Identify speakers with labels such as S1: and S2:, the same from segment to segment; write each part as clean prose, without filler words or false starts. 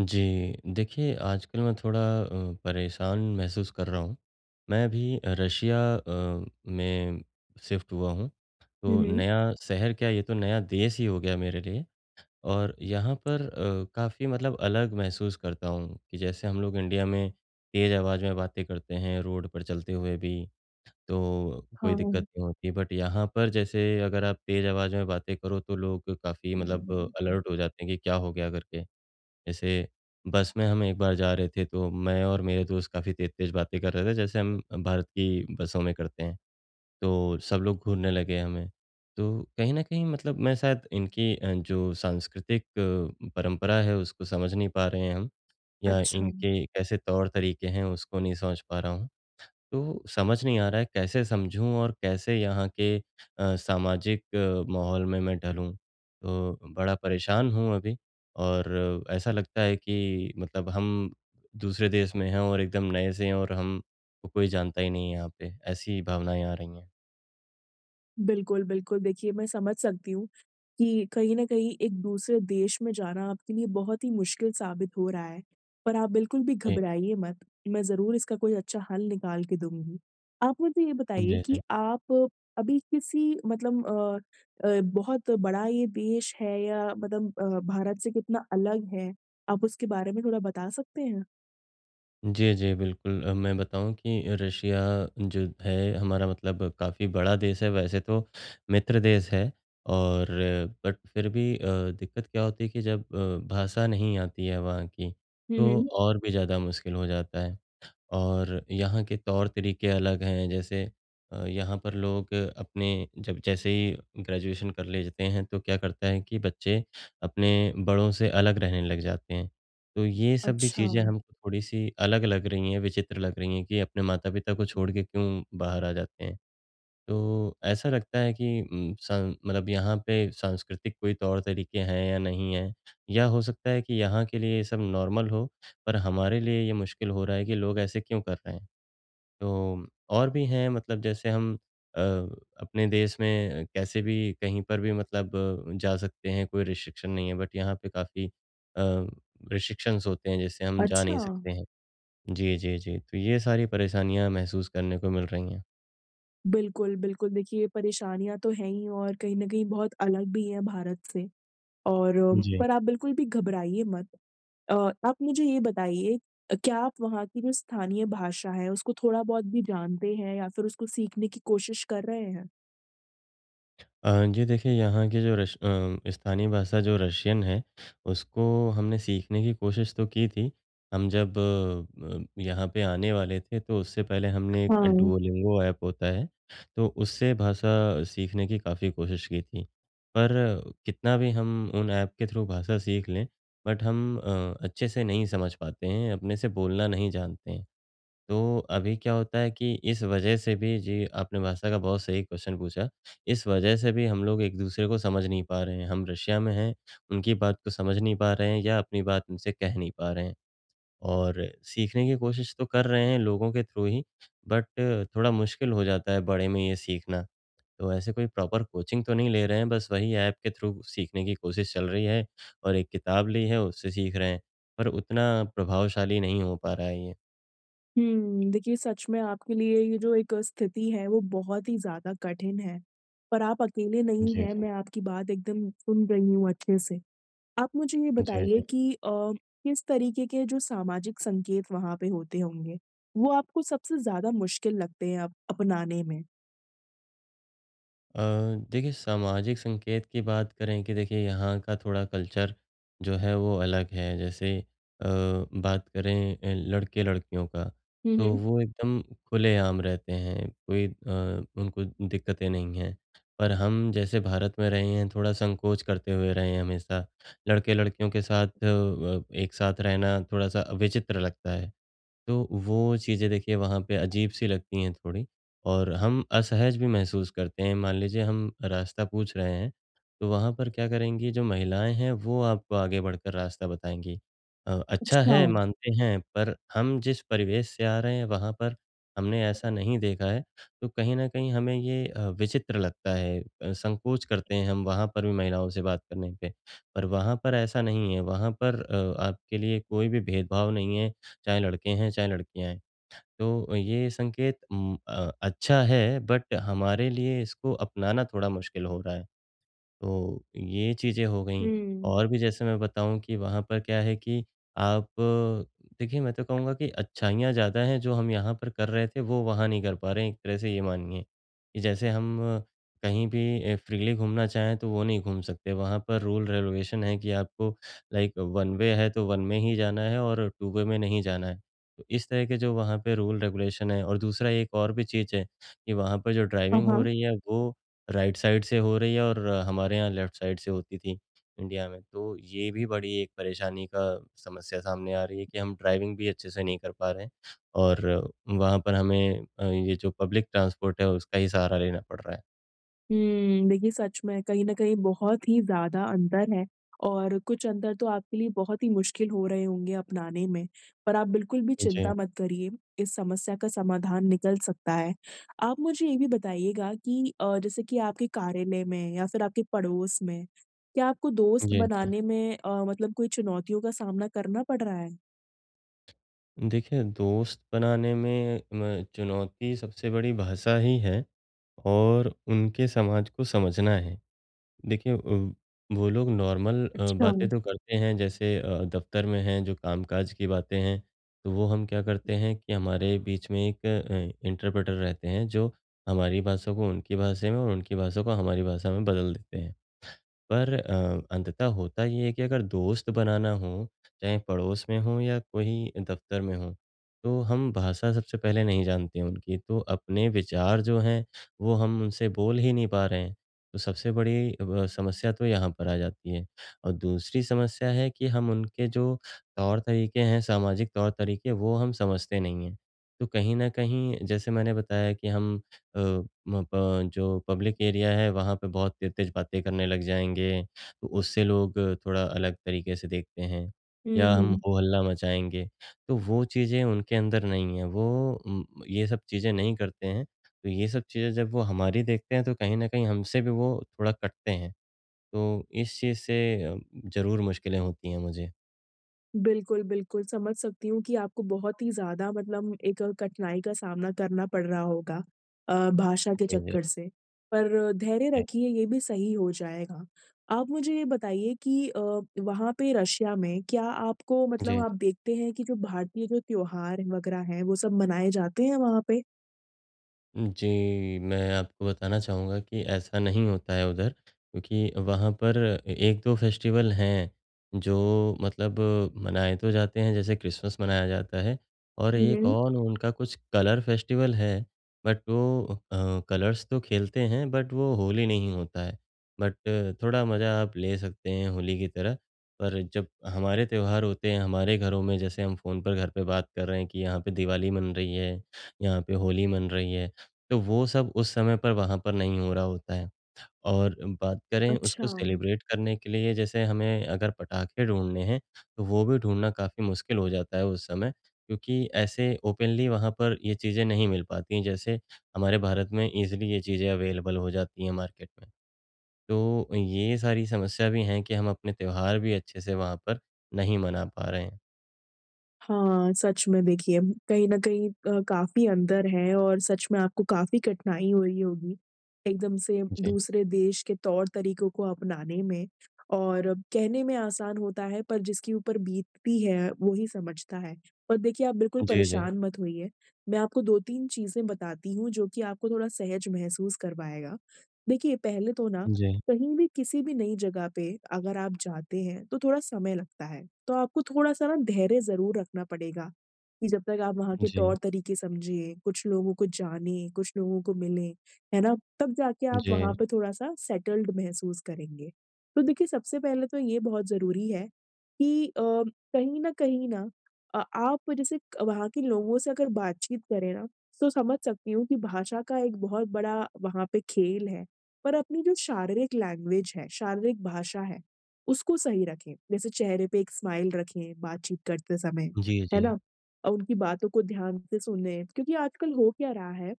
S1: जी, देखिए आजकल मैं थोड़ा परेशान महसूस कर रहा हूँ। मैं अभी रशिया में शिफ्ट हुआ हूँ,
S2: हुँ,
S1: तो
S2: हुँ।
S1: नया शहर क्या ये तो नया देश ही हो गया मेरे लिए और यहाँ पर काफ़ी मतलब अलग महसूस करता हूँ कि जैसे हम लोग इंडिया में तेज़ आवाज़ में बातें करते हैं रोड पर चलते हुए भी, तो कोई
S2: हाँ,
S1: दिक्कत नहीं होती। बट यहाँ पर जैसे अगर आप तेज़ आवाज़ में बातें करो तो लोग काफ़ी मतलब अलर्ट हो जाते हैं कि क्या हो गया करके। जैसे बस में हम एक बार जा रहे थे तो मैं और मेरे दोस्त काफ़ी तेज़-तेज़ बातें कर रहे थे जैसे हम भारत की बसों में करते हैं। तो सब लोग घूरने लगे हमें। तो कहीं न कहीं मतलब मैं शायद इनकी जो सांस्कृतिक परंपरा है उसको समझ नहीं पा रहे हैं हम या
S2: अच्छा।
S1: इनके कैसे तौर-तरीके हैं उसको नहीं समझ पा रहा हूँ। तो समझ नहीं आ रहा है कैसे समझूँ और कैसे यहाँ के सामाजिक माहौल में मैं ढलूँ? तो बड़ा परेशान हूँ अभी और ऐसा लगता है कि मतलब हम दूसरे देश में हैं और एकदम नए से हैं और हमको कोई जानता ही नहीं है यहाँ पे। ऐसी भावनाएँ आ रही हैं।
S2: बिल्कुल, बिल्कुल, देखिए मैं समझ सकती हूँ कि कहीं न कहीं एक दूसरे देश में जाना आपके लिए बहुत ही मुश्किल साबित हो रहा है, पर आप बिल्कुल भी
S1: जी।
S2: घबराइए मत। मैं ज़रूर इसका कोई अच्छा हल निकाल के दूँगी। आप मुझे ये बताइए
S1: जी,
S2: कि
S1: जी।
S2: आप अभी किसी मतलब बहुत बड़ा ये देश है या मतलब भारत से कितना अलग है? आप उसके बारे में थोड़ा बता सकते हैं?
S1: जी, जी, बिल्कुल। मैं बताऊँ कि रशिया जो है हमारा मतलब काफ़ी बड़ा देश है, वैसे तो मित्र देश है और बट फिर भी दिक्कत क्या होती है कि जब भाषा नहीं आती है वहाँ की,
S2: हुँ,
S1: तो
S2: हुँ।
S1: और भी ज़्यादा मुश्किल हो जाता है। और यहाँ के तौर-तरीके अलग हैं। जैसे यहाँ पर लोग अपने जब जैसे ही ग्रेजुएशन कर लेते हैं तो क्या करता है कि बच्चे अपने बड़ों से अलग रहने लग जाते हैं। तो ये सब भी
S2: अच्छा।
S1: चीज़ें हमको थोड़ी-सी अलग लग रही हैं, विचित्र लग रही हैं कि अपने माता-पिता को छोड़ के क्यों बाहर आ जाते हैं। तो ऐसा लगता है कि उम, सं मतलब यहाँ पे सांस्कृतिक कोई तौर-तरीके हैं या नहीं हैं, या हो सकता है कि यहाँ के लिए ये सब नॉर्मल हो, पर हमारे लिए ये मुश्किल हो रहा है कि लोग ऐसे क्यों कर रहे हैं। तो और भी हैं मतलब जैसे हम अ, अपने देश में कैसे भी कहीं पर भी मतलब जा सकते हैं, कोई रिस्ट्रिक्शन नहीं है, बट यहाँ पे काफ़ी रिस्ट्रिक्शंस होते हैं, जैसे हम जा नहीं
S2: अच्छा!
S1: सकते हैं। जी, जी, जी। तो ये सारी परेशानियाँ महसूस करने को मिल रही हैं।
S2: बिल्कुल, बिल्कुल। देखिए, परेशानियाँ तो हैं ही और कहीं न कहीं बहुत अलग भी हैं भारत से और
S1: जी।
S2: पर आप बिल्कुल भी घबराइए मत। अ, आप मुझे ये बताइए क्या आप वहाँ की जो स्थानीय भाषा है, उसको थोड़ा-बहुत भी जानते हैं या फिर उसको सीखने की कोशिश कर रहे हैं?
S1: जी देखिए, यहाँ की जो स्थानीय भाषा जो रशियन है, उसको हमने सीखने की कोशिश तो की थी। हम जब यहाँ पे आने वाले थे, तो उससे पहले हमने एक
S2: हाँ।
S1: डुओलिंगो ऐप होता है, तो उससे भाषा सीखने की काफ़ी कोशिश की थी। पर कितना भी हम उन ऐप के थ्रू भाषा सीख लें, बट हम अच्छे से नहीं समझ पाते हैं, अपने से बोलना नहीं जानते हैं। तो अभी क्या होता है कि इस वजह से भी जी, आपने भाषा का बहुत सही क्वेश्चन पूछा। इस वजह से भी हम लोग एक-दूसरे को समझ नहीं पा रहे हैं। हम रशिया में हैं, उनकी बात को समझ नहीं पा रहे हैं या अपनी बात उनसे कह नहीं पा रहे हैं। और सीखने की कोशिश तो कर रहे हैं लोगों के थ्रू ही, बट थोड़ा मुश्किल हो जाता है बड़े में ये सीखना। तो ऐसे कोई प्रॉपर कोचिंग तो नहीं ले रहे हैं, बस वही ऐप के थ्रू सीखने की कोशिश चल रही है और एक किताब ली है, उससे सीख रहे हैं। पर उतना प्रभावशाली नहीं हो पा रहा है ये।
S2: हुँ, देखिए सच में आपके लिए ये जो एक स्थिति है, वो बहुत ही ज़्यादा कठिन है। पर आप अकेले नहीं
S1: जी,
S2: हैं,
S1: जी।
S2: मैं आपकी बात एकदम सुन रही हूँ अच्छे से। आप मुझे ये
S1: जी,
S2: बताइए
S1: जी।
S2: कि किस तरीके के जो सामाजिक संकेत वहाँ पे होते होंगे, वो आपको सबसे ज़्यादा मुश्किल लगते हैं अप अपनाने में?
S1: अ, देखिए सामाजिक संकेत की बात करें कि देखिए यहाँ का थोड़ा कल्चर जो है वो अलग है। जैसे बात करें लड़के-लड़कियों का
S2: हुँ,
S1: तो
S2: हुँ।
S1: वो एकदम खुलेआम रहते हैं, कोई उनको दिक्कतें नहीं हैं। पर हम जैसे भारत में रहे हैं थोड़ा संकोच करते हुए रहे हैं हमेशा। लड़के-लड़कियों के साथ एक साथ रहना थोड़ा-सा विचित्र लगता है। तो वो चीज़ें देखिए वहाँ पे अजीब-सी लगती हैं थोड़ी और हम असहज भी महसूस करते हैं। मान लीजिए हम रास्ता पूछ रहे हैं, तो वहाँ पर क्या करेंगी जो महिलाएँ हैं वो आपको आगे बढ़कर रास्ता बताएँगी। अच्छा
S2: अच्छा।
S1: है मानते हैं पर हम जिस परिवेश से आ रहे हैं वहाँ पर हमने ऐसा नहीं देखा है, तो कहीं न कहीं हमें ये विचित्र लगता है। संकोच करते हैं हम वहाँ पर भी महिलाओं से बात करने पे। पर वहाँ पर ऐसा नहीं है, वहाँ पर आपके लिए कोई भी भेदभाव नहीं है चाहे लड़के हैं, चाहे लड़कियाँ हैं। तो ये संकेत अच्छा है बट हमारे लिए इसको अपनाना थोड़ा मुश्किल हो रहा है। तो ये चीज़ें हो गईं।
S2: हुँ।
S1: और भी जैसे मैं बताऊँ कि वहाँ पर क्या है कि आप देखिए, मैं तो कहूँगा कि अच्छाइयाँ ज़्यादा हैं, जो हम यहाँ पर कर रहे थे, वो वहाँ नहीं कर पा रहे हैं, एक तरह से ये मानिए। कि जैसे हम कहीं भी फ्रीली घूमना चाहें, तो वो नहीं घूम सकते। वहाँ पर रूल रेगुलेशन है कि आपको लाइक वन वे है, तो वन में ही जाना है और टू वे में नहीं जाना है। तो इस तरह के जो वहाँ पे रूल रेगुलेशन है और दूसरा एक और भी चीज़ है कि वहाँ पर जो
S2: हाँ,
S1: ड्राइविंग हो
S2: हाँ।
S1: रही है, वो राइट साइड से हो रही है और हमारे यहाँ लेफ्ट साइड से होती थी इंडिया में। तो ये भी बड़ी एक परेशानी का समस्या सामने आ रही है कि हम ड्राइविंग भी अच्छे से नहीं कर पा रहे हैं और वहाँ पर हमें ये जो पब्लिक ट्रांसपोर्ट है उसका ही सहारा लेना पड़ रहा है।
S2: हुँ, देखिए सच में कहीं न कहीं बहुत ही ज़्यादा अंतर है और कुछ अंतर तो आपके लिए बहुत ही मुश्किल हो रहे होंगे अपनाने में। पर आप बिल्कुल भी चिंता
S1: जी,
S2: मत करिए, इस समस्या का समाधान निकल सकता है। आप मुझे ये भी बताइएगा कि जैसे कि आपके कार्यालय में या फिर आपके पड़ोस में, क्या आपको दोस्त
S1: जी, जी।
S2: बनाने में मतलब कोई चुनौतियों का सामना करना पड़ रहा है?
S1: देखिए दोस्त बनाने में म चुनौती सबसे बड़ी भाषा ही है और उनके समाज को समझना है। देखिए वो लोग नॉर्मल
S2: अच्छा।
S1: बातें तो करते हैं जैसे दफ्तर में हैं जो कामकाज की बातें हैं, तो वो हम क्या करते हैं कि हमारे बीच में एक इंटरप्रेटर रहते हैं जो हमारी भाषा को उनकी भाषा में और उनकी भाषा को हमारी भाषा में बदल देते हैं। पर अंततः होता ये है कि अगर दोस्त बनाना हो, चाहे पड़ोस में हो या कोई दफ़्तर में हो, तो हम भाषा सबसे पहले नहीं जानते हैं उनकी, तो अपने विचार जो हैं, वो हम उनसे बोल ही नहीं पा रहे हैं। तो सबसे बड़ी ब समस्या तो यहाँ पर आ जाती है और दूसरी समस्या है कि हम उनके जो तौर-तरीके हैं, सामाजिक तौर-तरीके, वो हम समझते नहीं हैं। तो कहीं न कहीं जैसे मैंने बताया कि हम अ, म प जो पब्लिक एरिया है वहाँ पे बहुत तेज़-तेज़ बातें करने लग जाएँगे, तो उससे लोग थोड़ा अलग तरीके से देखते हैं या हम
S2: हुँ।
S1: हो-हल्ला मचाएँगे, तो वो चीज़ें उनके अंदर नहीं है। वो ये सब चीज़ें नहीं करते हैं, तो ये सब चीज़ें जब वो हमारी देखते हैं तो कहीं न कहीं हमसे भी वो थोड़ा कटते हैं, तो इस चीज़ से अ, ज़रूर मुश्किलें होती हैं मुझे।
S2: बिल्कुल, बिल्कुल, समझ सकती हूँ कि आपको बहुत ही ज़्यादा मतलब एक कठिनाई का सामना करना पड़ रहा होगा भाषा के
S1: जी, जी,
S2: चक्कर से। पर धैर्य
S1: जी।
S2: रखिए, ये भी सही हो जाएगा। आप मुझे ये बताइए कि वहाँ पे रशिया में क्या आपको मतलब
S1: जी।
S2: आप देखते हैं कि जो भारतीय जो त्योहार वगैरह हैं, वो सब मनाए जाते हैं वहाँ पे?
S1: जी, मैं आपको बताना चाहूँगा कि ऐसा नहीं होता है उधर क्योंकि वहाँ पर 1-2 फेस्टिवल हैं, जो मतलब मनाए तो जाते हैं, जैसे क्रिसमस मनाया जाता है और
S2: हुँ,
S1: एक
S2: हुँ।
S1: और उनका कुछ कलर फेस्टिवल है, बट वो कलर्स तो खेलते हैं बट वो होली नहीं होता है। बट थोड़ा मज़ा आप ले सकते हैं होली की तरह, पर जब हमारे त्योहार होते हैं हमारे घरों में, जैसे हम फ़ोन पर घर पे बात कर रहे हैं कि यहाँ पे दिवाली मन रही है, यहाँ पे होली मन रही है, तो वो सब उस समय पर वहाँ पर नहीं हो रहा होता है। और बात करें
S2: अच्छा।
S1: उसको सेलिब्रेट करने के लिए जैसे हमें अगर पटाखे ढूँढने हैं, तो वो भी ढूँढना काफ़ी मुश्किल हो जाता है उस समय क्योंकि ऐसे ओपनली वहाँ पर ये चीज़ें नहीं मिल पाती हैं, जैसे हमारे भारत में ईज़िली ये चीज़ें अवेलेबल हो जाती हैं मार्केट में। तो ये सारी समस्या भी हैं कि हम अपने त्योहार भी अच्छे से वहाँ पर नहीं मना पा रहे हैं।
S2: हाँ, सच में देखिए कहीं न कहीं काफ़ी अंतर है और सच में आपको काफ़ी कठिनाई हो रही होगी, एकदम से
S1: जी।
S2: दूसरे देश के तौर-तरीकों को अपनाने में और कहने में आसान होता है पर जिसके ऊपर बीतती है वो ही समझता है। पर देखिए आप बिल्कुल
S1: जी, जी।
S2: परेशान मत होइए, मैं आपको 2-3 चीज़ें बताती हूँ जो कि आपको थोड़ा सहज महसूस करवाएगा। देखिए पहले तो ना
S1: जी,
S2: कहीं भी किसी भी नई जगह पे अगर आप जाते हैं तो थोड़ा समय लगता है। तो आपको थोड़ा-सा ना धैर्य ज़रूर रखना पड़ेगा कि जब तक आप वहाँ के
S1: जी,
S2: तौर-तरीके समझें, कुछ लोगों को जानें, कुछ लोगों को मिलें, है ना? तब जाके आप
S1: जी,
S2: वहाँ पे थोड़ा-सा सेटल्ड महसूस करेंगे। तो देखिए सबसे पहले तो ये बहुत ज़रूरी है कि कहीं न कहीं ना आप जैसे क वहाँ के लोगों से अगर बातचीत करें ना, तो समझ सकती हूँ कि भाषा का एक बहुत बड़ा वहाँ पे खेल है। पर अपनी जो शारीरिक लैंग्वेज है, शारीरिक भाषा है, उसको सही रखें। जैसे चेहरे पे एक स्माइल रखें बातचीत करते समय,
S1: जी,
S2: है
S1: जी।
S2: ना? उनकी बातों को ध्यान से सुनें क्योंकि आजकल हो क्या रहा है,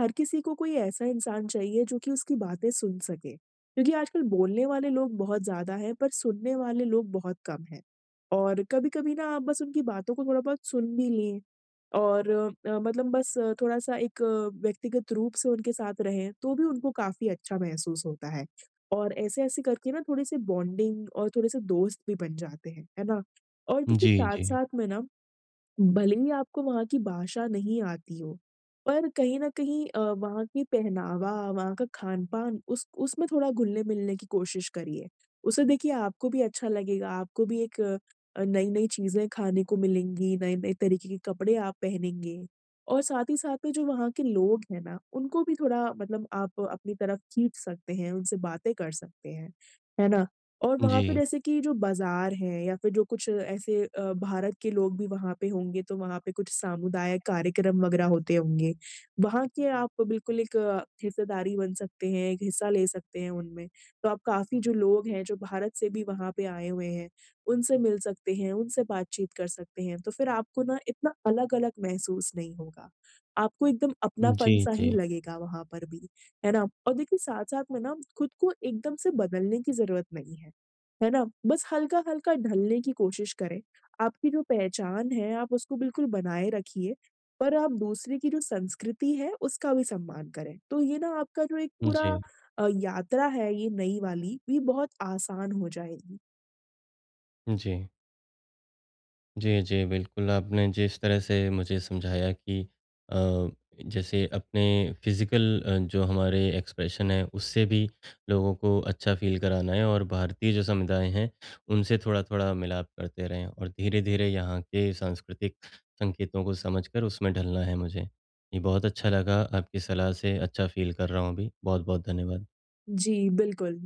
S2: हर किसी को कोई ऐसा इंसान चाहिए जो कि उसकी बातें सुन सके। क्योंकि आजकल बोलने वाले लोग बहुत ज़्यादा हैं, पर सुनने वाले लोग बहुत कम हैं। और कभी-कभी ना आप बस उनकी बातों को थोड़ा बहुत सुन भी लें। और मतलब बस थोड़ा-सा एक व्यक्तिगत रूप से उनके साथ रहें, तो भी उनको काफ़ी अच्छा महसूस होता है। और ऐसे-ऐसे करके ना थोड़े-से बॉन्डिंग और थोड़े-से दोस्त भी बन जाते हैं, है ना? और देखिए
S1: जी, जी।
S2: साथ-साथ में ना भले ही आपको वहाँ की भाषा नहीं आती हो, पर कहीं न कहीं वहाँ की पहनावा, वहाँ का खान-पान उस उसमें थोड़ा घुलने-मिलने की कोशिश करिए। उससे देखिए आपको भी अच्छा लगेगा, आपको भी एक नई-नई चीज़ें खाने को मिलेंगी, नए-नए तरीके के कपड़े आप पहनेंगे और साथ ही साथ में जो वहाँ के लोग हैं ना, उनको भी थोड़ा मतलब आप अपनी तरफ खींच सकते हैं, उनसे बातें कर सकते हैं। है ना? और वहाँ पे
S1: जी।
S2: जैसे कि जो बाज़ार हैं या फिर जो कुछ ऐसे भारत के लोग भी वहाँ पे होंगे, तो वहाँ पे कुछ सामुदायिक कार्यक्रम वग़ैरह होते होंगे। वहाँ के आप बिल्कुल एक हिस्सेदारी बन सकते हैं, एक हिस्सा ले सकते हैं उनमें। तो आप काफ़ी जो लोग हैं, जो भारत से भी वहाँ पे आए हुए हैं, उनसे मिल सकते हैं, उनसे बातचीत कर सकते हैं। तो फिर आपको ना इतना अलग-अलग महसूस नहीं होगा। आपको एकदम
S1: जी,
S2: अपनापन सा ही
S1: जी।
S2: लगेगा वहाँ पर भी, है ना? और देखिए साथ-साथ में ना खुद को एकदम से बदलने की ज़रूरत नहीं है। है ना? बस हल्का-हल्का ढलने की कोशिश करें। आपकी जो पहचान है, आप उसको बिल्कुल बनाए रखिए, पर आप दूसरे की जो संस्कृति है, उसका भी सम्मान करें। तो ये ना आपका जो एक पूरा
S1: जी,
S2: यात्रा है ये नई वाली, ये बहुत आसान हो जाएगी।
S1: जी। जी, जी, बिल्कुल, आपने जिस तरह से मुझे समझाया कि अ, जैसे अपने फ़िज़िकल जो हमारे एक्सप्रेशन है, उससे भी लोगों को अच्छा फ़ील कराना है और भारतीय जो समुदाय हैं, उनसे थोड़ा-थोड़ा मिलाप करते रहें और धीरे-धीरे यहाँ के सांस्कृतिक संकेतों को समझकर उसमें ढलना है मुझे। ये बहुत अच्छा लगा, आपकी सलाह से अच्छा फ़ील कर रहा हूँ अभी। बहुत-बहुत धन्यवाद।
S2: जी, बिल्कुल।